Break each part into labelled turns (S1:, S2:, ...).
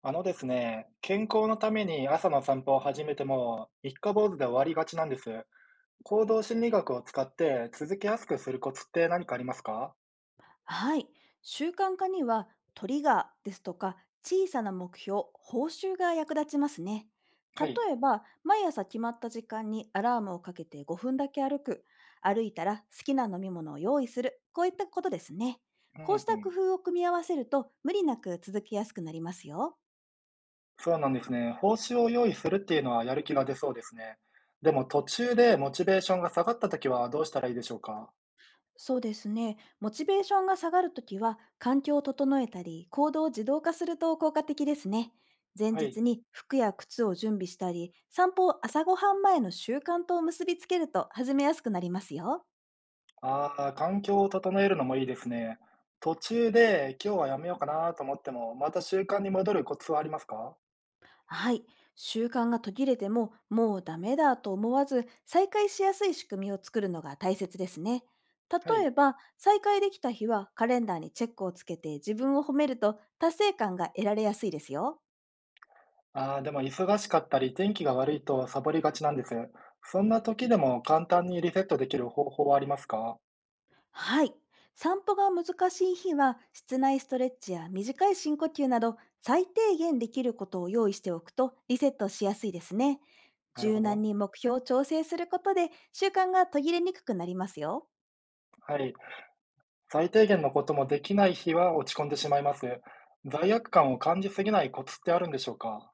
S1: あのですね、健康のために朝の散歩を始めても、一家坊主で終わりがちなんです。行動心理学を使って続けやすくするコツって何かありますか？
S2: はい。習慣化にはトリガーですとか小さな目標、報酬が役立ちますね。
S1: はい。
S2: 例えば、毎朝決まった時間にアラームをかけて5分だけ歩く、歩いたら好きな飲み物を用意する、こういったことですね。
S1: う
S2: こう
S1: ん
S2: し
S1: う
S2: た工
S1: ん。
S2: 夫を組み合わせると無理なく続きやすくなりますよ。
S1: そうなんですね。報酬を用意するっていうのはやる気が出そうですね。でも途中でモチベーションが下がった時はどうしたらいいでしょうか？
S2: そうですね。モチベーションが下がるときは、環境を整えたり、行動を自動化すると効果的ですね。前
S1: はい。
S2: 日に服や靴を準備したり、散歩を朝ごはん前の習慣と結びつけると始めやすくなりますよ。
S1: ああ、環境を整えるのもいいですね。途中で今日はやめようかなと思っても、また習慣に戻るコツはありますか？
S2: はい。習慣が途切れても、もうダメだと思わず、再開しやすい仕組みを作るのが大切ですね。
S1: は
S2: 例
S1: い。
S2: えば、再開できた日はカレンダーにチェックをつけて自分を褒めると達成感が得られやすいですよ。
S1: ああ、でも忙しかったり、天気が悪いとサボりがちなんです。そんな時でも簡単にリセットできる方法はありますか？
S2: はい。散歩が難しい日は、室内ストレッチや短い深呼吸など、最低限できることを用意しておくとリセットしやすいですね。
S1: なるほ
S2: 柔軟
S1: ど。
S2: に目標を調整することで、習慣が途切れにくくなりますよ。
S1: はい。最低限のこともできない日は落ち込んでしまいます。罪悪感を感じすぎないコツってあるんでしょうか？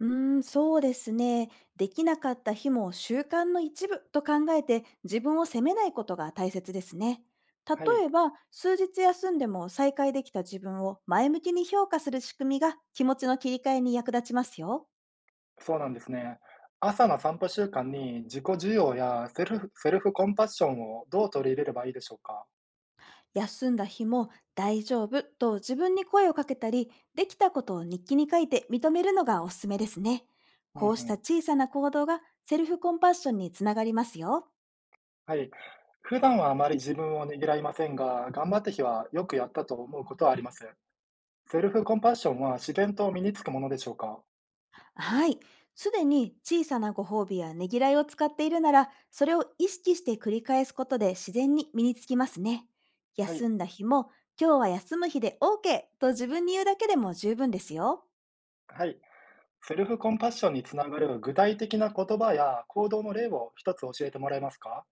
S2: そうですね。できなかった日も習慣の一部と考えて、自分を責めないことが大切ですね。
S1: はい。
S2: 例えば、数日休んでも再開できた自分を前向きに評価する仕組みが気持ちの切り替えに役立ちますよ。
S1: そうなんですね。朝の散歩習慣に自己需要やセルフコンパッションをどう取り入れればいいでしょうか？
S2: 休んだ日も大丈夫と自分に声をかけたり、できたことを日記に書いて認めるのがおすすめですね。
S1: うんう
S2: こうした
S1: ん。
S2: 小さな行動がセルフコンパッションにつながりますよ。
S1: はい。普段はあまり自分をねぎらいませんが、頑張った日はよくやったと思うことはあります。セルフコンパッションは自然と身につくものでしょうか？
S2: はい。すでに小さなご褒美やねぎらいを使っているなら、それを意識して繰り返すことで自然に身につきますね。
S1: はい。
S2: 休んだ日も、今日は休む日で OK と自分に言うだけでも十分ですよ。
S1: はい。セルフコンパッションにつながる具体的な言葉や行動の例を一つ教えてもらえますか？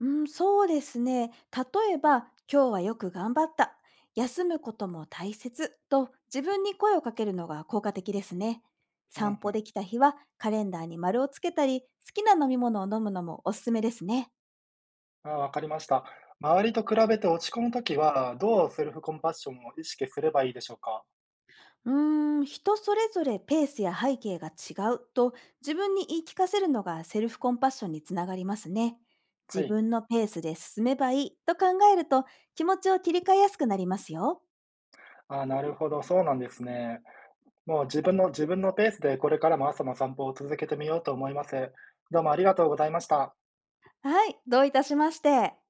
S2: うん、そうですね。例えば、今日はよく頑張った。休むことも大切と自分に声をかけるのが効果的ですね。
S1: うんう
S2: 散歩
S1: ん。
S2: できた日はカレンダーに丸をつけたり、好きな飲み物を飲むのもおすすめですね。
S1: あ、わかりました。周りと比べて落ち込むときは、どうセルフコンパッションを意識すればいいでしょうか？
S2: 人それぞれペースや背景が違うと自分に言い聞かせるのがセルフコンパッションにつながりますね。
S1: は
S2: 自
S1: い。
S2: 分のペースで進めばいいと考えると気持ちを切り替えやすくなりますよ。
S1: あ、なるほど。そうなんですね。もう自分のペースでこれからも朝の散歩を続けてみようと思います。どうもありがとうございました。
S2: はい、どういたしまして。